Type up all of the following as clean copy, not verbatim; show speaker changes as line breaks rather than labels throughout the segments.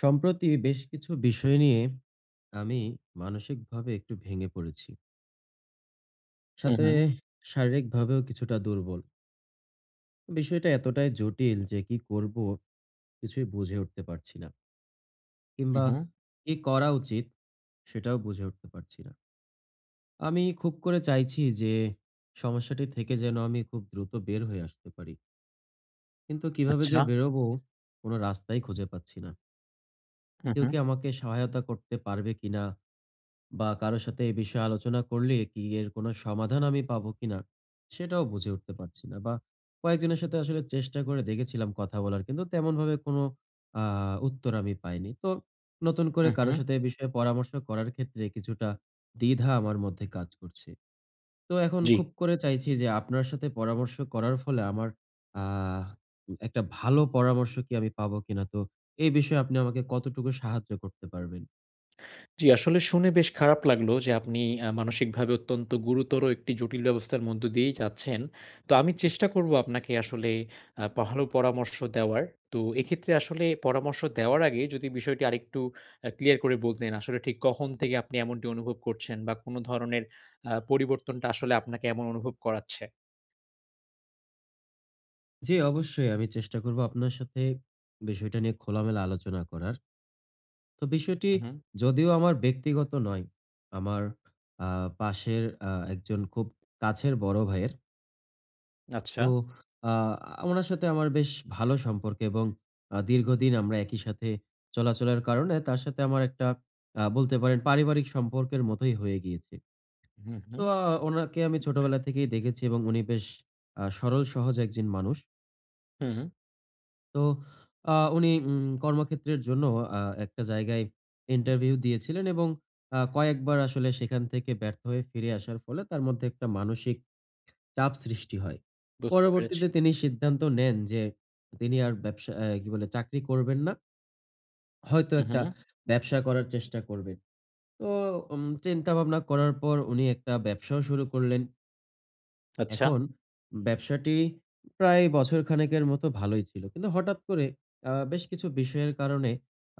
সম্প্রতি বেশ কিছু বিষয় নিয়ে আমি মানসিকভাবে একটু ভেঙে পড়েছি।
হু,
সাথে
হু,
শারীরিকভাবেও কিছুটা দুর্বল। বিষয়টা এতটাই জটিল যে কি করব কিছুই বুঝে উঠতে পারছি না।
হু,
কিংবা
হু।
কি করা উচিত সেটাও বুঝে উঠতে পারছি না। আমি খুব করে চাইছি যে সমস্যাটি থেকে যেন আমি খুব দ্রুত বের হয়ে আসতে পারি, কিন্তু কিভাবে যে
আচ্ছা।
বেরোবো কোনো রাস্তাই খুঁজে পাচ্ছি না।
হু,
কেউ
হু,
কি আমাকে সহায়তা করতে পারবে কিনা? বা কারো সাথে এ বিষয়ে আলোচনা করলে কি এর কোনো সমাধান আমি পাবো কিনা সেটাও বুঝে উঠতে পারছি না। বা কয়েকজনের সাথে আসলে চেষ্টা করে দেখেছিলাম কথা বলার, কিন্তু তেমন ভাবে কোনো উত্তর আমি পাইনি। তো নতুন করে
হু, হু।
কারোর সাথে এ বিষয়ে পরামর্শ করার ক্ষেত্রে কিছুটা দ্বিধা আমার মধ্যে কাজ করছে। তো এখন
জি।
খুব করে চাইছি যে আপনার সাথে পরামর্শ করার ফলে আমার আহ একটা ভালো পরামর্শ কি আমি পাবো কিনা। তো এই বিষয়ে আপনি আমাকে কতটুকু সাহায্য করতে পারবেন?
জি, আসলে শুনে বেশ খারাপ লাগলো যে আপনি মানসিকভাবে অত্যন্ত গুরুতর একটি জটিল ব্যবস্থার মধ্য দিয়েই যাচ্ছেন। তো আমি চেষ্টা করব আপনাকে আসলে ভালো পরামর্শ দেওয়ার। তো এক্ষেত্রে আসলে পরামর্শ দেওয়ার আগে যদি বিষয়টি আরেকটু ক্লিয়ার করে বলতেন, আসলে ঠিক কখন থেকে আপনি এমনটি অনুভব করছেন বা কোন ধরনের পরিবর্তনটা আসলে আপনাকে এমন অনুভব করাচ্ছে?
জি, অবশ্যই আমি চেষ্টা করবো আপনার সাথে বিষয়টা নিয়ে খোলামেলা আলোচনা করার। তো বিষয়টি,
হু, হু।
যদিও আমার ব্যক্তিগত নয়, আমার আ পাশের একজন খুব কাছের বড় ভাইয়ের।
আচ্ছা।
তো আ উনার সাথে আমার বেশ ভালো সম্পর্ক, এবং দীর্ঘদিন আমরা একই সাথে চলাচলের কারণে তার সাথে আমার একটা, বলতে পারেন, পারিবারিক সম্পর্কের মতোই হয়ে গিয়েছে।
হু, হু,
তো উনাকে আমি ছোটবেলা থেকেই দেখেছি এবং উনি বেশ সরল সহজ একজন মানুষ।
হু,
তো উনি কর্মক্ষেত্রের জন্য একটা জায়গায় ইন্টারভিউ দিয়েছিলেন এবং কয়েকবার আসলে সেখান থেকে ব্যর্থ হয়ে ফিরে আসার ফলে তার মধ্যে একটা মানসিক চাপ সৃষ্টি হয়।
বুঝতে পেরেছি।
পরবর্তীতে তিনি সিদ্ধান্ত নেন যে তিনি আর ব্যবসা, কি বলে, চাকরি করবেন না। হয়তো
হু, হু।
একটা ব্যবসা করার চেষ্টা করবেন। তো চিন্তা ভাবনা করার পর উনি একটা ব্যবসাও শুরু করলেন।
আচ্ছা।
এখন ব্যবসাটি প্রায় বছর খানেকের মতো ভালোই ছিল, কিন্তু হঠাৎ করে বেশ কিছু বিষয়ের কারণে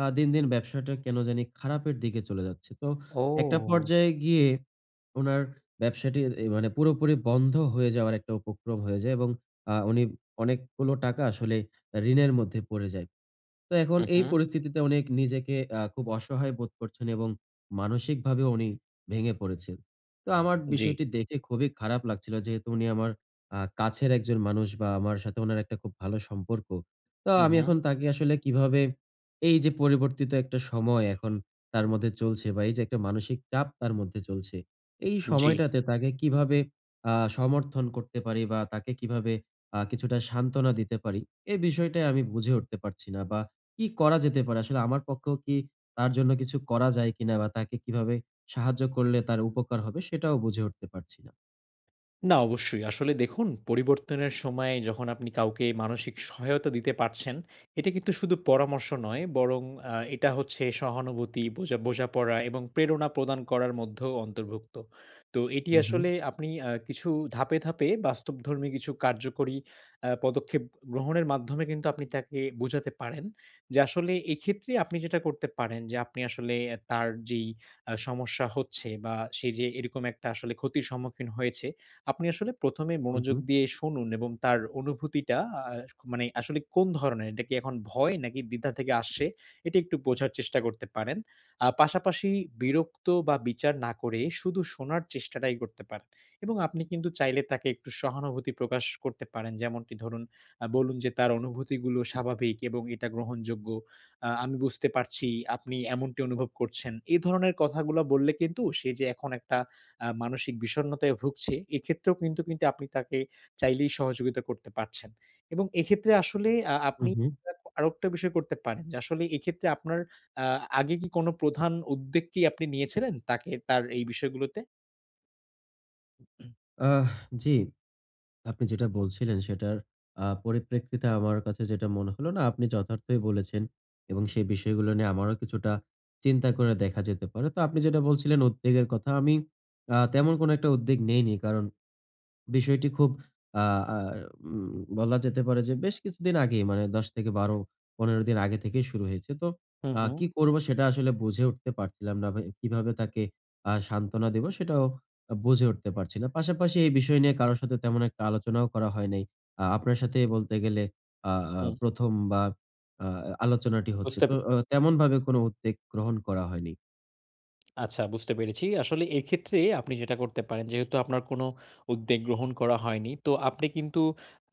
দিন, দিন ব্যবসাটা কেন জানি খারাপের দিকে চলে যাচ্ছে। তো একটা
ও!
পর্যায়ে গিয়ে উনার ব্যবসাটি, মানে, পুরোপুরি বন্ধ হয়ে যাওয়ার একটা উপক্রম হয়ে যায়, এবং উনি অনেকগুলো টাকা আসলে ঋণের মধ্যে পড়ে যায়। তো এখন
হুম,
এই
হুম।
পরিস্থিতিতে অনেক নিজেকে খুব অসহায় বোধ করছেন এবং মানসিকভাবেও উনি ভেঙে পড়েছেন। তো হুম। আমার
জি।
বিষয়টি দেখে খুবই খারাপ লাগছিল, যেহেতু উনি আমার কাছের একজন মানুষ বা আমার সাথে উনার একটা খুব ভালো সম্পর্ক। তো
হুম,
আমি
হুম।
এখন তাকে আসলে কিভাবে, এই যে পরিবর্তিত একটা সময় এখন তার মধ্যে চলছে বা এই যে একটা মানসিক চাপ তার মধ্যে চলছে, এই
জি।
সময়টাতে তাকে কিভাবে সমর্থন করতে পারি বা তাকে কিভাবে কিছুটা সান্ত্বনা দিতে পারি, এই বিষয়টাই আমি বুঝে উঠতে পারছি না। বা কি করা যেতে পারে? আসলে আমার পক্ষেও কি তার জন্য কিছু করা যায় কিনা বা তাকে কিভাবে সাহায্য করলে তার উপকার হবে সেটাও বুঝে উঠতে পারছি না।
না, অবশ্যই। আসলে দেখুন, পরিবর্তনের সময়ে যখন আপনি কাউকে মানসিক সহায়তা দিতে পারছেন, এটা কিন্তু শুধু পরামর্শ নয়, বরং এটা হচ্ছে সহানুভূতি, বোঝাপড়া এবং প্রেরণা প্রদান করার মধ্যেও অন্তর্ভুক্ত। তো এটি
হু, হু,
আসলে আপনি কিছু ধাপে, ধাপে বাস্তবধর্মী কিছু কার্যকরী পদক্ষেপ গ্রহণের মাধ্যমে কিন্তু আপনি তাকে বোঝাতে পারেন যে, আসলে এক্ষেত্রে আপনি যেটা করতে পারেন যে, আপনি আসলে তার যেই সমস্যা হচ্ছে বা সে যে এরকম একটা আসলে ক্ষতির সম্মুখীন হয়েছে, আপনি আসলে ১ম এ
হু, হু,
মনোযোগ দিয়ে শুনুন এবং তার অনুভূতিটা মানে আসলে কোন ধরনের? এটা কি এখন ভয় নাকি দ্বিধা থেকে আসছে? এটা একটু বোঝার চেষ্টা করতে পারেন। পাশাপাশি বিরক্ত বা বিচার না করে শুধু শোনার চেষ্টাটাই করতে পারেন এবং আপনি কিন্তু চাইলে তাকে একটু সহানুভূতি প্রকাশ করতে পারেন। যেমনটি ধরুন বলুন যে, "তার অনুভূতিগুলো স্বাভাবিক এবং এটা গ্রহণযোগ্য। আমি বুঝতে পারছি আপনি এমনটি অনুভব করছেন।" এই ধরনের কথাগুলা বললে কিন্তু সে যে এখন একটা মানসিক বিষণ্ণতায় ভুগছে, এক্ষেত্রেও কিন্তু আপনি তাকে চাইলেই সহযোগিতা করতে পারছেন। এবং এক্ষেত্রে আসলে
হু,
আপনি
হু।
আরো একটা বিষয় করতে পারেন যে আসলে এক্ষেত্রে আপনার আ আগে কি কোনো প্রধান উদ্বেগ কি আপনি নিয়েছিলেন তাকে তার এই বিষয়গুলোতে? হু,
আহ জি, আপনি যেটা
হু,
বলছিলেন সেটার পরিপ্রেক্ষিতে আমার কাছে যেটা মনে হলো, না, আপনি যথার্থই বলেছেন, এবং সেই বিষয়গুলো নিয়ে আমারও কিছুটা চিন্তা করে দেখা যেতে পারে। তো আপনি যেটা বলছিলেন উদ্বেগের কথা, আমি তেমন কোনো একটা উদ্বেগ নেইনি। কারণ বিষয়টি খুব, আ আ উম বলা যেতে পারে যে বেশ কিছুদিন আগেই, মানে ১০ থেকে ১২, ১৫ দিন আগে থেকেই শুরু হয়েছে। তো
হু, হু,
কি করব সেটা আসলে বুঝে উঠতে পারছিলাম না। ভাই কিভাবে তাকে সান্ত্বনা দেব সেটাও বুঝে উঠতে পারছি না। পাশাপাশি এই বিষয় নিয়ে কারো সাথে তেমন একটা আলোচনাও করা হয় নাই। আপনার সাথে বলতে গেলে আ আ
হুম।
১ম বা আ আলোচনাটি হচ্ছে।
বুঝতে
তো
পেরেছি।
তেমনভাবে কোনো উদ্যোগ গ্রহণ করা হয়নি।
আচ্ছা, বুঝতে পেরেছি। আসলে এক্ষেত্রে আপনি যেটা করতে পারেন যেহেতু আপনার কোনো উদ্যোগ গ্রহণ করা হয়নি, তো আপনি কিন্তু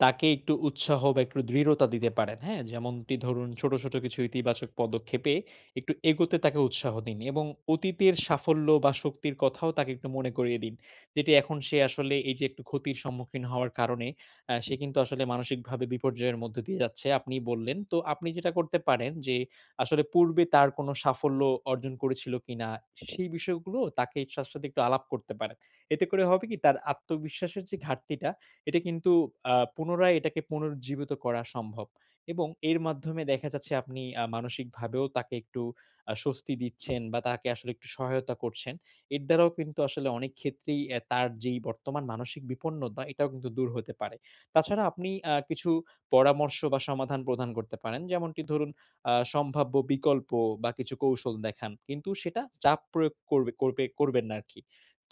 তাকে একটু উৎসাহ বা একটু দৃঢ়তা দিতে পারেন, হ্যাঁ? যেমনটি ধরুন ছোট, ছোট কিছু ইতিবাচক পদক্ষেপে একটু এগোতে তাকে উৎসাহ দিন এবং অতীতের সাফল্য বা শক্তির কথাও তাকে একটু মনে করিয়ে দিন। যেটি এখন সে আসলে এই যে একটু ক্ষতির সম্মুখীন হওয়ার কারণে সে কিন্তু আসলে মানসিকভাবে বিপর্যয়ের মধ্য দিয়ে যাচ্ছে। আপনি বললেন। তো আপনি যেটা করতে পারেন যে আসলে পূর্বে তার কোনো সাফল্য অর্জন করেছিল কিনা, সেই বিষয়গুলো তাকে তার সাথে একটু আলাপ করতে পারেন। এতে করে হবে কি তার আত্মবিশ্বাসের যে ঘাটতিটা, এটা কিন্তু পুনরায় এটাকে পুনরুজ্জীবিত করা সম্ভব এবং এর মাধ্যমে দেখা যাচ্ছে আপনি মানসিকভাবেও তাকে একটু স্বস্তি দিচ্ছেন বা তাকে আসলে একটু সহায়তা করছেন। এর দ্বারাও কিন্তু আসলে অনেক ক্ষেত্রেই তার যেই বর্তমান মানসিক বিপন্নতা, এটাও কিন্তু দূর হতে পারে। তাছাড়া আপনি কিছু পরামর্শ বা সমাধান প্রদান করতে পারেন। যেমনটি ধরুন সম্ভাব্য বিকল্প বা কিছু কৌশল দেখান। কিন্তু সেটা চাপ প্রয়োগ করবে করবে করবেন না আরকি।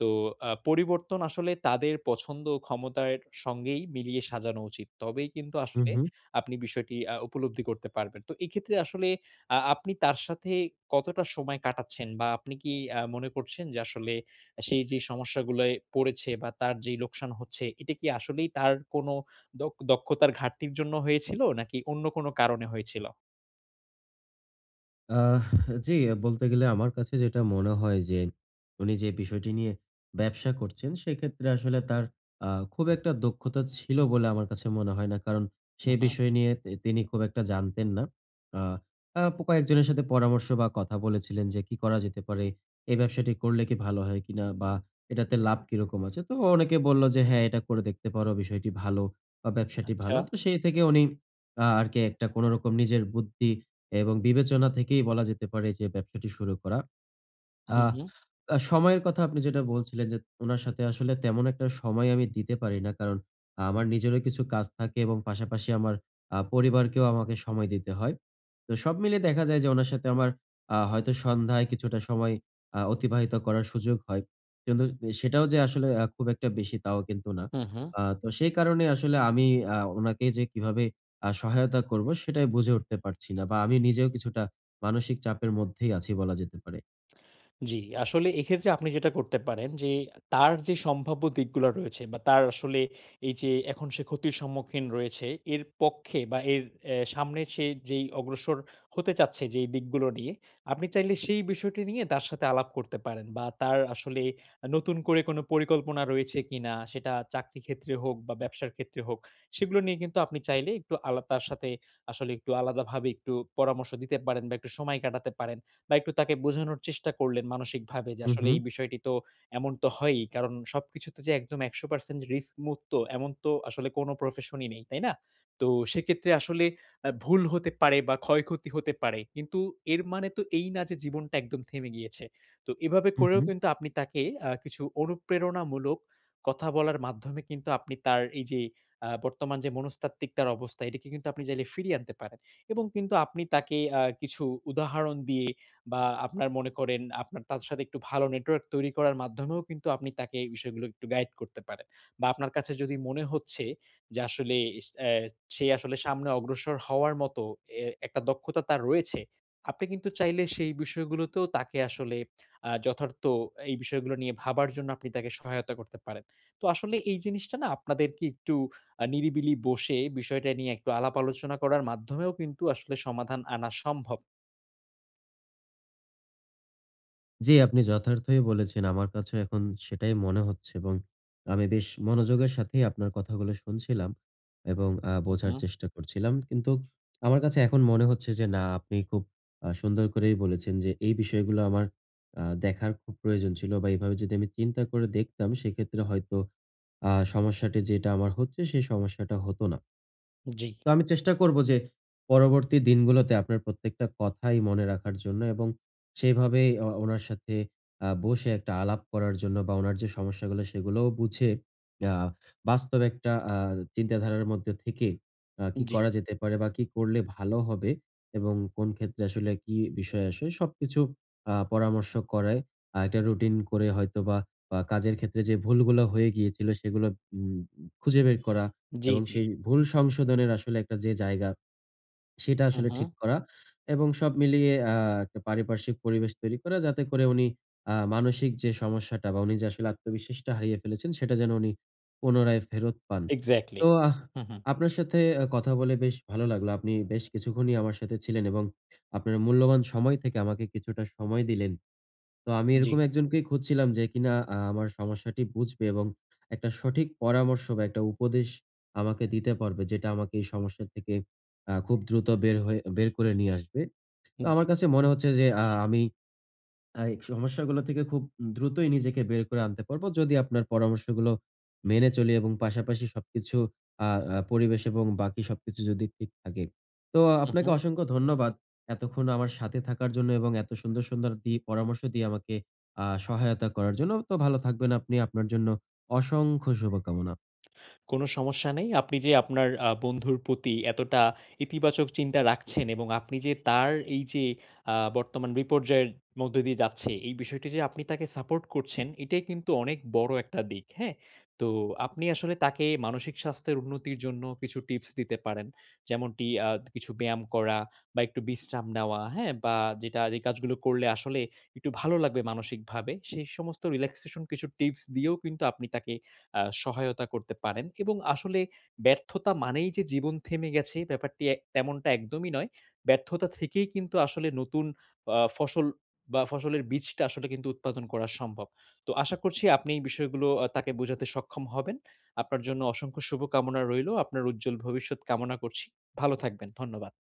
তো পরিবর্তন আসলে তাদের পছন্দ ও ক্ষমতার সঙ্গেই মিলিয়ে সাজানো উচিত। তবেই কিন্তু
হু,
আসলে
হু।
আপনি বিষয়টি উপলব্ধি করতে পারবেন। তো এক্ষেত্রে আসলে আপনি তার সাথে কতটা সময় কাটাচ্ছেন? বা আপনি কি মনে করছেন যে আসলে সেই যে সমস্যাগুলোয় পড়েছে বা তার যেই লোকসান হচ্ছে, এটা কি আসলেই তার কোনো দক্ষতার ঘাটতির জন্য হয়েছিল নাকি অন্য কোনো কারণে হয়েছিল?
আহ জি, বলতে গেলে আমার কাছে যেটা মনে হয় যে, উনি যে বিষয়টি নিয়ে ব্যবসা করছেন, সেক্ষেত্রে আসলে তার খুব একটা দক্ষতা ছিল বলে আমার কাছে মনে হয় না। কারণ সে
হু, হু।
বিষয় নিয়ে তিনি খুব একটা জানতেন না। আ আ কয়েকজনের সাথে পরামর্শ বা কথা বলেছিলেন যে, কি করা যেতে পারে? এই ব্যবসাটি করলে কি ভালো হয় কিনা? বা এটাতে লাভ কিরকম আছে? তো অনেকে বলল যে, "হ্যাঁ, এটা করে দেখতে পারো। বিষয়টি ভালো বা ব্যবসাটি
আচ্ছা।
ভালো।" তো সেই থেকে উনি আরকি একটা কোনরকম নিজের বুদ্ধি এবং বিবেচনা থেকেই বলা যেতে পারে যে ব্যবসাটি শুরু করা।
হু,
আহ
হু।
সময়ের কথা আপনি যেটা বলছিলেন যে, উনার সাথে আসলে তেমন একটা সময় আমি দিতে পারি না। কারণ আমার নিজেরও কিছু কাজ থাকে এবং পাশাপাশি আমার পরিবারকেও আমাকে সময় দিতে হয়। তো সব মিলিয়ে দেখা যায় যে, উনার সাথে আমার হয়তো সন্ধ্যায় কিছুটা সময় অতিবাহিত করার সুযোগ হয়। কিন্তু সেটাও যে আসলে খুব একটা বেশি, তাও কিন্তু না।
হু, হু।
তো সেই কারণে আসলে আমি উনাকে যে কিভাবে সহায়তা করব সেটাই বুঝে উঠতে পারছি না। বা আমি নিজেও কিছুটা মানসিক চাপের মধ্যেই আছি বলা যেতে পারে।
জি, আসলে এক্ষেত্রে আপনি যেটা করতে পারেন যে তার যে সম্ভাব্য দিকগুলা রয়েছে বা তার আসলে এই যে এখন সে ক্ষতির সম্মুখীন রয়েছে এর পক্ষে বা এর সামনে সে যেই অগ্রসর হতে চাচ্ছে যেই দিকগুলো নিয়ে, আপনি চাইলে সেই বিষয়টি নিয়ে তার সাথে আলাপ করতে পারেন বা তার আসলে নতুন করে কোনো পরিকল্পনা রয়েছে কিনা সেটা চাকরি ক্ষেত্রে হোক বা ব্যবসার ক্ষেত্রে হোক, সেগুলো নিয়ে কিন্তু আপনি চাইলে একটু তার সাথে আসলে একটু আলাদাভাবে একটু পরামর্শ দিতে পারেন বা একটু সময় কাটাতে পারেন। বা একটু তাকে বোঝানোর চেষ্টা করলেন মানসিকভাবে যে
হু,
আসলে
হু।
এই বিষয়টি তো এমন তো হয়ই। কারণ সবকিছু তো যে একদম ১০০% রিস্ক মুক্ত এমন তো আসলে কোনো প্রফেশনই নেই, তাই না? তো সেক্ষেত্রে আসলে ভুল হতে পারে বা ক্ষয়ক্ষতি হতে পারে। কিন্তু এর মানে তো এই না যে জীবনটা একদম থেমে গিয়েছে। তো এভাবে
হুম,
করেও
হুম।
কিন্তু আপনি তাকে কিছু অনুপ্রেরণামূলক কথা বলার মাধ্যমে কিন্তু আপনি তার এই যে বর্তমান যে মনস্তাত্ত্বিক তার অবস্থা এটিকে কিন্তু আপনি চাইলে ফিরিয়ে আনতে পারেন। এবং কিন্তু আপনি তাকে কিছু উদাহরণ দিয়ে বা আপনার মনে করেন আপনার তার সাথে একটু ভালো নেটওয়ার্ক তৈরি করার মাধ্যমেও কিন্তু আপনি তাকে এই বিষয়গুলো একটু গাইড করতে পারেন। বা আপনার কাছে যদি মনে হচ্ছে যে আসলে ইস অ্যা সে আসলে সামনে অগ্রসর হওয়ার মতো একটা দক্ষতা তার রয়েছে। আপনি কিন্তু চাইলে সেই বিষয়গুলোতেও তাকে আসলে যথার্থ এই বিষয়গুলো নিয়ে ভাবার জন্য আপনি তাকে সহায়তা করতে পারেন। তো আসলে এই জিনিসটা না আপনাদেরকে একটু নিরিবিলি বসে বিষয়টা নিয়ে একটু আলাপ আলোচনা করার মাধ্যমেও কিন্তু আসলে সমাধান আনা সম্ভব।
জি, আপনি যথার্থই বলেছেন। আমার কাছেও এখন সেটাই মনে হচ্ছে, এবং আমি বেশ মনোযোগের সাথেই আপনার কথাগুলো শুনছিলাম এবং
হু, হু।
বোঝার চেষ্টা করছিলাম। কিন্তু আমার কাছে এখন মনে হচ্ছে যে না, আপনি খুব সুন্দর করেই বলেছেন যে এই বিষয়গুলো আমার দেখার খুব প্রয়োজন ছিল, বা এভাবে যদি আমি চিন্তা করে দেখতাম সেক্ষেত্রে হয়তো সমস্যাটি যেটা আমার হচ্ছে সেই সমস্যাটা হতো না।
জি।
তো আমি চেষ্টা করব যে পরবর্তী দিনগুলোতে আপনার প্রত্যেকটা কথাই মনে রাখার জন্য, এবং সেইভাবে ওনার সাথে বসে একটা আলাপ করার জন্য বা ওনার যে সমস্যাগুলো সেগুলোও বুঝে, আ বাস্তব একটা চিন্তাধারার মধ্যে থেকে কি
জি,
করা যেতে পারে বা কি করলে ভালো হবে এবং কোন ক্ষেত্রে আসলে কি বিষয় আসে সবকিছু পরামর্শ করায় একটা রুটিন করে হয়তোবা কাজের ক্ষেত্রে যে ভুলগুলো হয়ে গিয়েছিল সেগুলো উম খুঁজে বের করা,
জি,
এবং
জি।
সেই ভুল সংশোধনের আসলে একটা যে জায়গা, সেটা
হু,
আসলে
হু।
ঠিক করা, এবং সব মিলিয়ে একটা পারিপার্শ্বিক পরিবেশ তৈরি করা, যাতে করে উনি মানসিক যে সমস্যাটা বা উনি যে আসলে আত্মবিশ্বাসটা হারিয়ে ফেলেছেন সেটা যেন উনি পুনরায় ফেরত পান।
এক্সাক্টলি।
তো
হু, হু।
আপনার সাথে কথা বলে বেশ ভালো লাগলো। আপনি বেশ কিছুক্ষণই আমার সাথে ছিলেন এবং আপনার মূল্যবান সময় থেকে আমাকে কিছুটা সময় দিলেন। তো আমি
জি,
এরকম একজনকেই খুঁজছিলাম যে কিনা আমার সমস্যাটি বুঝবে এবং একটা সঠিক পরামর্শ বা একটা উপদেশ আমাকে দিতে পারবে, যেটা আমাকে এই সমস্যা থেকে খুব দ্রুত বের হয়ে বের করে নিয়ে আসবে। তো
জি।
আমার কাছে মনে হচ্ছে যে আমি এই সমস্যাগুলো থেকে খুব দ্রুতই নিজেকে বের করে আনতে পারবো, যদি আপনার পরামর্শগুলো মেনে চলি, এবং পাশাপাশি সবকিছু, আ আ পরিবেশ এবং বাকি সবকিছু যদি ঠিক থাকে। তো
হু,
আপনাকে
হু।
অসংখ্য ধন্যবাদ, এতক্ষণ আমার সাথে থাকার জন্য এবং এত সুন্দর, সুন্দর পরামর্শ দিয়ে আমাকে সহায়তা করার জন্য। তো ভালো থাকবেন আপনি। আপনার জন্য অসংখ্য শুভকামনা।
কোনো সমস্যা নেই। আপনি যে আপনার বন্ধুর প্রতি এতটা ইতিবাচক চিন্তা রাখছেন এবং আপনি যে তার এই যে বর্তমান বিপর্যয়ের মধ্য দিয়ে যাচ্ছে, এই বিষয়টি যে আপনি তাকে সাপোর্ট করছেন, এটাই কিন্তু অনেক বড় একটা দিক, হ্যাঁ? তো আপনি আসলে তাকে মানসিক স্বাস্থ্যের উন্নতির জন্য কিছু টিপস দিতে পারেন। যেমনটি কিছু ব্যায়াম করা বা একটু বিশ্রাম নেওয়া, হ্যাঁ? বা যেটা যে কাজগুলো করলে আসলে একটু ভালো লাগবে মানসিকভাবে, সেই সমস্ত রিল্যাক্সেশন কিছু টিপস দিয়েও কিন্তু আপনি তাকে সহায়তা করতে পারেন এবং আসলে ব্যর্থতা মানেই যে জীবন থেমে গেছে ব্যাপারটি তেমনটা একদমই নয়। ব্যর্থতা থেকেই কিন্তু আসলে নতুন ফসল বা ফসলের বীজটা আসলে কিন্তু উৎপাদন করা সম্ভব। তো আশা করছি আপনি এই বিষয়গুলো তাকে বোঝাতে সক্ষম হবেন। আপনার জন্য অসংখ্য শুভকামনা রইলো। আপনার উজ্জ্বল ভবিষ্যৎ কামনা করছি। ভালো থাকবেন। ধন্যবাদ।